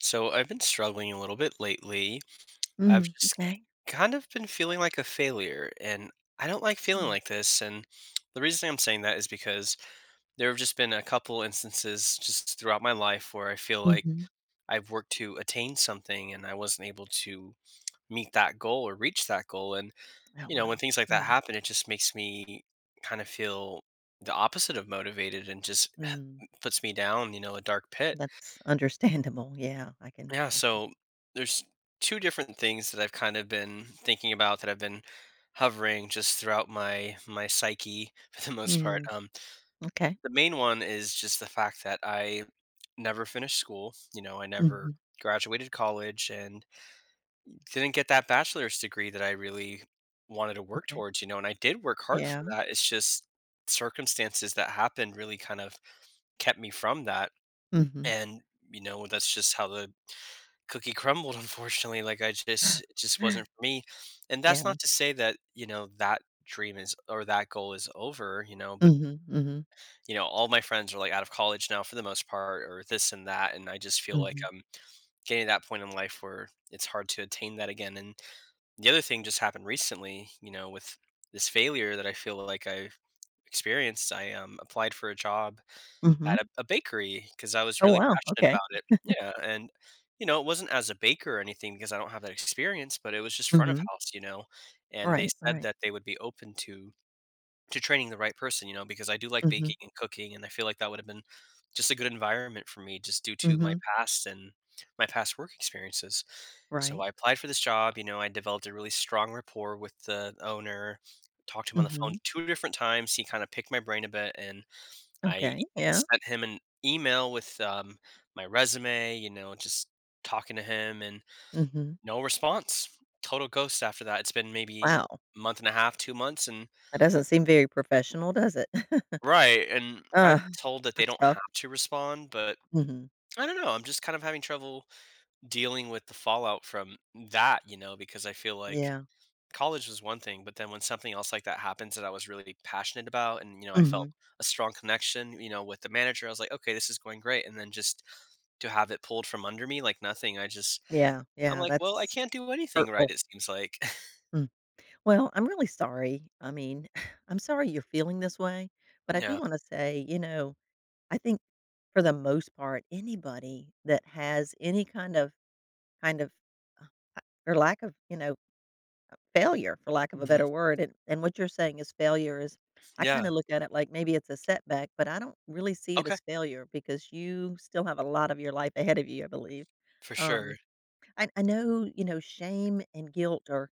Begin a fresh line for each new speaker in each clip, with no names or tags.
So I've been struggling a little bit lately. I've
Mhm.
just
Okay.
kind of been feeling like a failure, and I don't like feeling
Mm.
like this. And the reason I'm saying that is because there have just been a couple instances just throughout my life where I feel like
Mhm.
I've worked to attain something and I wasn't able to meet that goal or reach that goal. And,
Oh,
you know, when
wow.
things like that
Yeah.
happen, it just makes me kind of feel the opposite of motivated and just
Mm.
puts me down a dark pit.
That's understandable. Yeah, I can
Yeah,
I can
so there's two different things that I've kind of been thinking about that I've been hovering just throughout my psyche for the most part.
Mm.
Um,
Okay.
the main one is just the fact that I never finished school. You know, I never
Mhm.
graduated college and didn't get that bachelor's degree that I really wanted to work
Okay.
towards. You know, and I did work hard for
Yeah.
that. It's just circumstances that happened really kind of kept me from that.
Mhm.
And you know, that's just how the cookie crumbled, unfortunately, like, I just it just wasn't for me, and that's
Yeah.
not to say that, you know, that dream is or that goal is over, you know, but,
Mhm, mhm.
you know, all my friends are, like, out of college now for the most part or this and that, and I just feel like
Mhm.
I'm getting to that point in life where it's hard to attain that again, and the other thing just happened recently, you know, with this failure that I feel like I've experienced, I applied for a job
Mhm.
at a bakery because I was
Oh,
really
wow.
passionate
Okay.
about it. Yeah, and, you know, it wasn't as a baker or anything because I don't have that experience, but it was just front of
Mhm.
house, you know, and they
Right,
said
right.
that they would be open to training the right person, you know, because I do like
Mhm.
baking and cooking, and I feel like that would have been just a good environment for me just due to my
Mhm.
past and my past work experiences. So
Right.
I applied for this job, you know, I developed a really strong rapport with the owner, talked to him on the phone
Mhm.
2 different times, he kinda picked my brain a bit and I
Okay. Yeah.
sent him an email with my resume, you know, just talking to him and
Mhm.
no response. Total ghost after that. It's been maybe
Wow.
a month and a half, 2 months and
That doesn't seem very professional, does it?
right, and I've
Ugh,
been told that they
that's
don't
tough.
have to respond, but
Mhm.
I don't know, I'm just kind of having trouble dealing with the fallout from that, you know, because I feel like
Yeah.
college was one thing, but then when something else like that happens that I was really passionate about and, you know, I felt
Mhm.
a strong connection, you know, with the manager, I was like, "Okay, this is going great," and then just to have it pulled from under me like nothing,
Yeah,
I'm
yeah,
like, "Well, I
that's
can't do anything right,
hurtful.
it seems like."
Well, I'm really sorry. I mean, I'm sorry you're feeling this way, but I do
Yeah.
want to say, you know, I think for the most part, anybody that has any kind of uh, for lack of, you know, failure, for lack of a
Mhm.
better word, and what you're saying is failure is I kind
Yeah.
of look at it like maybe it's a setback, but I don't really see it
Okay.
as failure because you still have a lot of your life ahead of you, I believe.
For sure.
Um, I know, you know, shame and guilt are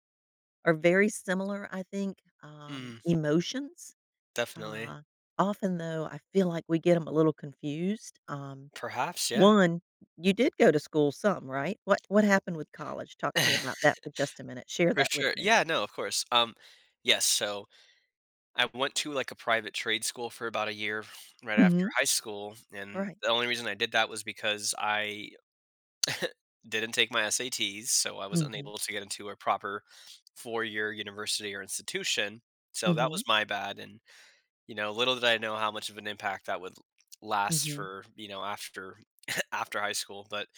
are very similar, I think,
Mm,
emotions.
definitely.
Uh, Often, though, I feel like we get them a little confused.
Perhaps, yeah.
One, you did go to school some, right? What happened with college? Talk to me about that for just a minute. Share
For
that with
sure.
me.
Yeah, no, of course. Yes, so I went to, like, a private trade school for about a year right after
Mhm.
high school, and
Right.
the only reason I did that was because I didn't take my SATs, so I was
Mhm.
unable to get into a proper four-year university or institution, so that was
Mhm.
my bad, and you know, little did I know how much of an impact that would last
Mhm.
for, you know, after after high school, but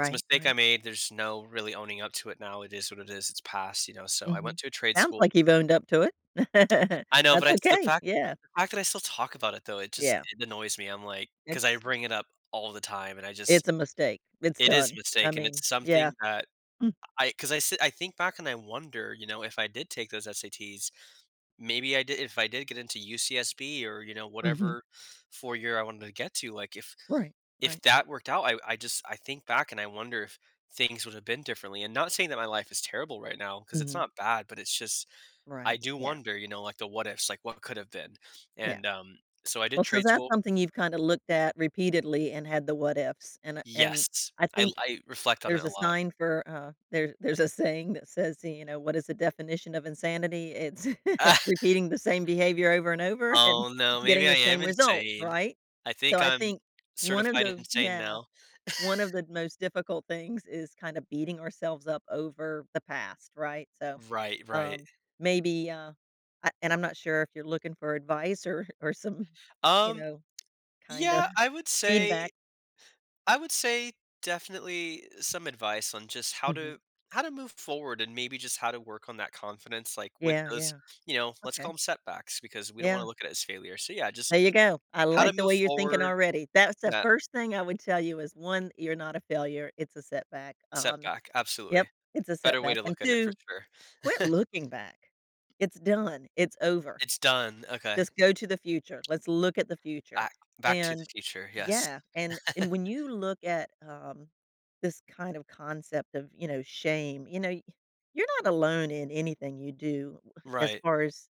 it's a mistake I
right.
made, there's no really owning up to it now, it is what it is, it's past, you know, so I went
Mhm.
to a trade
Sounds
school.
like you've owned up to it.
I know, but
That's
I
okay. Yeah.
the fact that I still talk about it though,
Yeah.
it annoys me, I'm like, because I
It's
bring it up all the time, and I just
it's a mistake. It's
it is a
done. I
mistake, and
mean,
it's
yeah.
something that
Mm.
I think back and I wonder, you know, if I did take those SATs. Maybe I did. If I did get into UCSB or you know
Mhm.
whatever 4 year I wanted to get to, like,
Right.
if
Right.
that worked out I just I think back and I wonder if things would have been differently and not saying that my life is terrible right now because it's
Mhm.
not bad but it's just I
Right.
do
Yeah.
wonder, you know, like the what ifs, like what could have been.
Yeah.
And so I did
Well, so
trade
that's
school.
something you've kinda looked at repeatedly and had the what ifs, and
Yes,
I
I
think
I reflect on it
there's
a
a
lot.
sign for, there's a saying that says, you know, "What is the definition of insanity?" It's repeating the same behavior over and over and
Oh no, maybe
getting
I
the
am
same result,
insane.
right?
I
So
think
I
I'm
think one of
certified
the
insane
yeah.
now.
One of the most difficult things is kind of beating ourselves up over the past, right? So,
Right, right
um, maybe, I and I'm not sure if you're looking for advice or some, you
um
know, kinda
Yeah,
feedback.
I would say definitely some advice on just
Mhm.
how to move forward and maybe just how to work on that confidence like with
Yeah,
those,
yeah,
you know, let's call
okay.
them setbacks because we don't want to
Yeah,
look at it as failure. So yeah, just
there you go. I
how to
like the
move
way you're thinking
forward
already. That's the
that
first thing I would tell you is, 1, you're not a failure, it's a setback.
setback.
Yep,
Absolutely.
it's a
Better way
setback.
to
And
look at it for
2,
sure.
quit looking back. It's done. It's over.
It's done. Okay.
Just go to the future. Let's look at the future.
Back back to the
And
future. Yes.
yeah, and when you look at, this kind of concept of, you know, shame, you know, y you're not alone in anything you do as
Right.
far as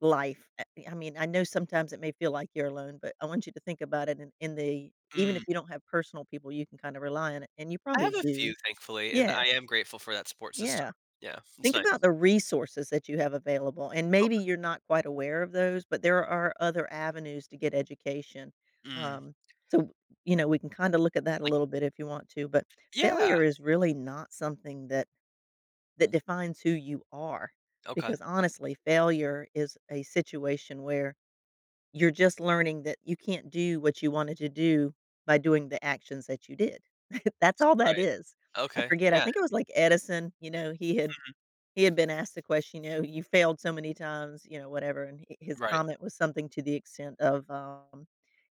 life. I mean, I know sometimes it may feel like you're alone, but I want you to think about it in the even
Mm.
if you don't have personal people, you can kinda rely on it, and you
I have
probably
a few
do.
thankfully and I
Yeah,
am grateful for that support system.
yeah.
Yeah. It's
Think about
nice.
the resources that you have available, and maybe you're not quite aware of those, but there are other avenues to get education.
Okay. Mm.
Um, so, you know, we can kind of look at that a
Like
little bit if you want to, but
yeah.
failure is really not something that defines who you are
Okay.
because honestly, failure is a situation where you're just learning that you can't do what you wanted to do by doing the actions that you did. That's all that
Right.
is. I
Okay.
forget, I
Yeah.
think it was like Edison, you know, he had
Mhm.
he had been asked the question, you know, "You failed so many times," you know, whatever, and hi his
Right.
comment was something to the extent of,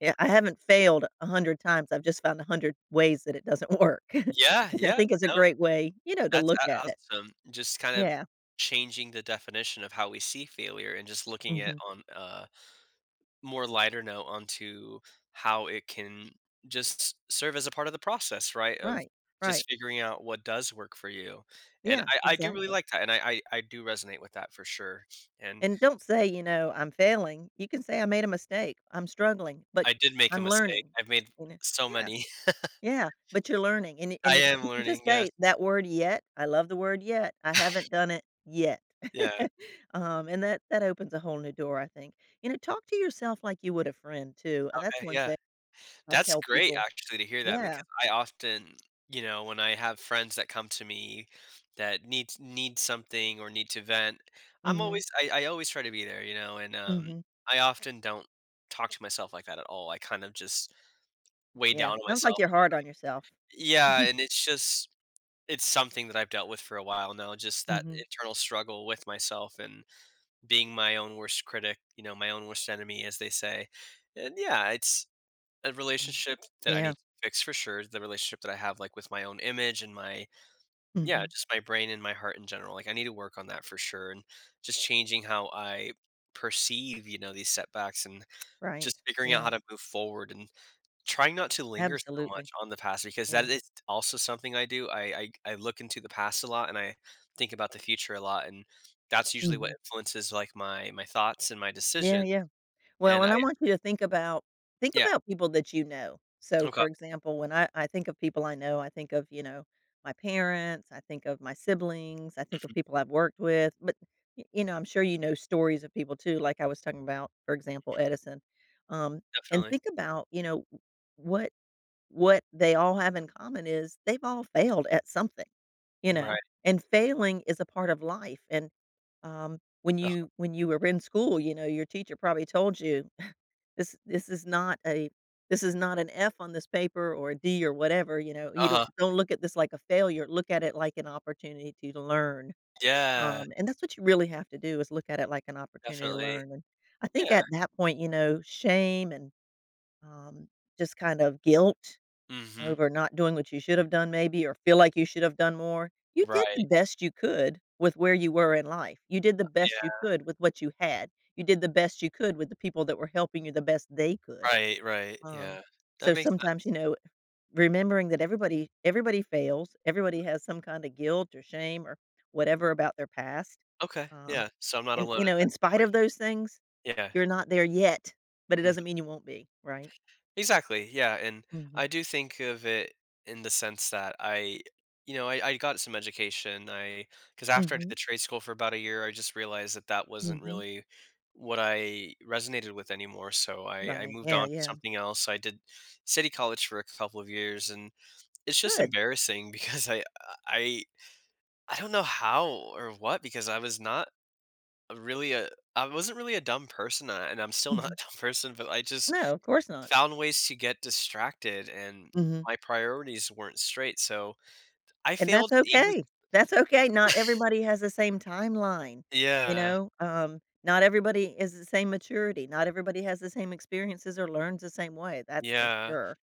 "Yeah, I haven't failed 100 times, I've just found 100 ways that it doesn't work,"
Yeah,
which I
yeah.
think is a
No,
great way, you know, to
that's
look at
a
it.
awesome. Just kind of
Yeah.
changing the definition of how we see failure and just looking at
Mhm.
on a more lighter note onto how it can just serve as a part of the process, right, of
Right, right.
just figuring out what does work for you. And
Yeah,
I do really
exactly.
like that, and I do resonate with that for sure. And
And don't say, you know, "I'm failing." You can say, "I made a mistake. I'm struggling, but
I did make a
I'm
mistake.
learning,"
I've made
you know?
so
Yeah.
many.
Yeah, but you're learning,
I
and it
am
you can
learning,
just
yes.
say that word "yet." I love the word "yet." I haven't done it yet.
Yeah.
And that opens a whole new door, I think. You know, talk to yourself like you would a friend too, and that's
Okay,
one
yeah.
thing I
That's
tell
great
people.
actually to hear that because
Yeah.
I often, you know, when I have friends that come to me that need something or need to vent, I'm
Mhm,
always I, I always try to be there, you know, and
mhm.
I often don't talk to myself like that at all. I kind of just weigh
Yeah,
down on
sounds like
myself.
you're hard on yourself.
Yeah, and it's something that I've dealt with for a while now, just that
Mhm,
internal struggle with myself and being my own worst critic, you know, my own worst enemy as they say. And yeah, it's a
mm.
relationship that I need
Yeah,
to fix for sure, the relationship that I have, like, with my own image and my yeah,
mhm,
just my brain and my heart in general, like, I need to work on that for sure, and just changing how I perceive, you know, these setbacks and
right.
just figuring out how
Yeah,
to move forward and trying not to linger so
absolutely.
much on the past because that
Yeah,
is also something I do. I look into the past a lot and I think about the future a lot, and that's usually what
mhm.
influences, like, my thoughts and my
Yeah,
decision,
yeah. Well,
and
and
I
I want you to think about think
yeah.
about people that you know. So,
Okay.
for example, when I think of people I know, I think of, you know, my parents, I think of my siblings, I think of
Mhm.
people I've worked with, but you know, I'm sure you know stories of people too, like I was talking about, for example, Edison. Um, and
Definitely.
think about, you know, what what they all have in common is they've all failed at something, you know.
Right.
And failing is a part of life and when
Uh-huh.
you were in school, you know, your teacher probably told you, this this is not a this is not an F on this paper or a D or whatever, you know, you don't
Uh-huh.
don't look at this like a failure, look at it like an opportunity to learn,
Yeah,
and that's what you really have to do is look at it like an opportunity to
definitely.
learn, and I think
Yeah.
at that point, you know, shame and, um, just kind of guilt
Mhm.
over not doing what you should have done maybe or feel like you should have done more. You did
Right.
the best you could with where you were in life. You did the best you
Yeah.
could with what you had. You did the best you could with the people that were helping you the best they could.
Right, right,
Um,
yeah. That
so
makes
sometimes,
sense.
you know, remembering that everybody fails, everybody has some kind of guilt or shame or whatever about their past.
Okay,
Um,
yeah, so I'm not
and
alone
you
in
know, in
that
spite of those
situation.
things,
Yeah.
you're not there yet, but it
Mhm.
doesn't mean you won't be, right?
Exactly, yeah, and I
Mhm.
do think of it in the sense that I got some education, I because after I did the
Mhm.
trade school for about a year, I just realized that that wasn't
Mhm.
really what I resonated with anymore, so I
Right.
moved
Yeah,
on to
yeah.
something else. I did city college for a couple of years and it's just
Good.
embarrassing because I I don't know how or what because a really a I wasn't really a dumb person, and I'm still not a
Mhm.
dumb person, but I just
No, of course not.
found ways to get distracted and
Mhm.
my priorities weren't straight, so I
And
failed
that's
in English.
okay. That's okay. Not everybody has the same timeline, you
Yeah,
know? Not everybody is the same maturity. Not everybody has the same experiences or learns the same way. That's for
yeah,
sure.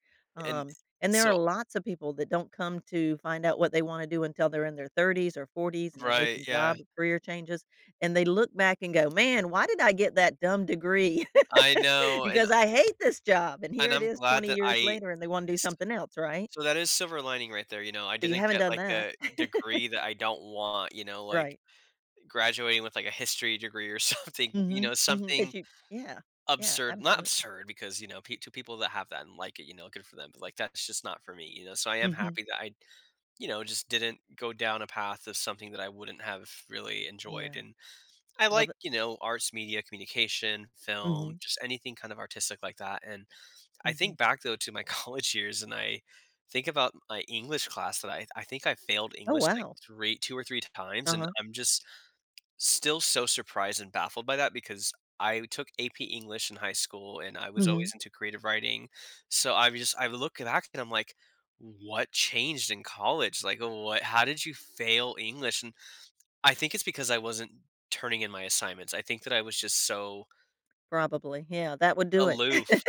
and
Um, and there are
so
lots of people that don't come to find out what they want to do until they're in their 30s or 40s and they're
right,
making
yeah.
job or career changes. And they look back and go, man, why did I get that dumb degree?
I know, and
Because I hate this job. And
and
here it
I'm
is
glad
20
that
years
I
later and they want to do
s
something else, right?
so that is silver lining right there, you know, I
So you
didn't
haven't
get,
done
like,
that.
a degree that I don't want, you know, like
Right.
graduating with, like, a history degree or something, you
Mhm,
know,
mhm,
something
that you yeah, yeah,
absurd, not
absolutely.
absurd because, you know, pe to people that have that and like it, you know, good for them, but, like, that's just not for me, you know, so I am
Mhm,
happy that I, you know, just didn't go down a path of something that I wouldn't have really enjoyed,
yeah,
and I
well,
like,
the
you know, arts, media, communication, film,
mhm,
just anything kind of artistic like that, and I
mhm.
think back, though, to my college years, and I think about my English class that I think I failed
Oh,
English, like,
wow.
3 2 or 3 times, and
Uh-huh,
I'm just still so surprised and baffled by that because I took AP English in high school, and I was always
mhm,
into creative writing, so I look back and I'm like, "What changed in college? Like, what how did you fail English?" And I think it's because I wasn't turning in my assignments. I think that I was just so
probably, yeah, that would do it.
aloof.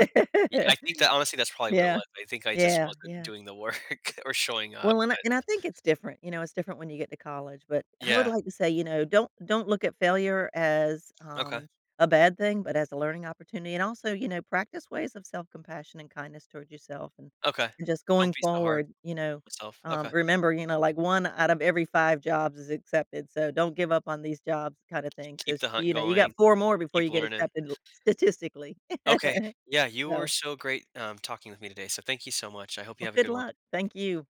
Y I think that honestly, that's probably what it
Yeah,
was. I think I just
yeah,
wasn't
yeah.
doing the work or showing up,
Well, and I
but
and I think it's different, you know, it's different when you get to college, but I would
yeah.
like to say, you know, don't look at failure as,
Okay.
a bad thing, but as a learning opportunity, and also, you know, practice ways of self-compassion and kindness towards yourself and
Okay.
and just
Don't
going
be so hard
forward,
on
you know,
myself. Okay.
remember, you know, like 1 out of every 5 jobs is accepted, so don't give up on these jobs kind of
K
thing,
Keep
'cause,
the hunt
you know, you
going.
got 4 more before
Keep
you get
learning.
accepted l statistically.
Okay. Yeah, you were
So,
so great, talking with me today, so thank you so much. I hope you
well,
have a
good
good one.
luck. Thank you.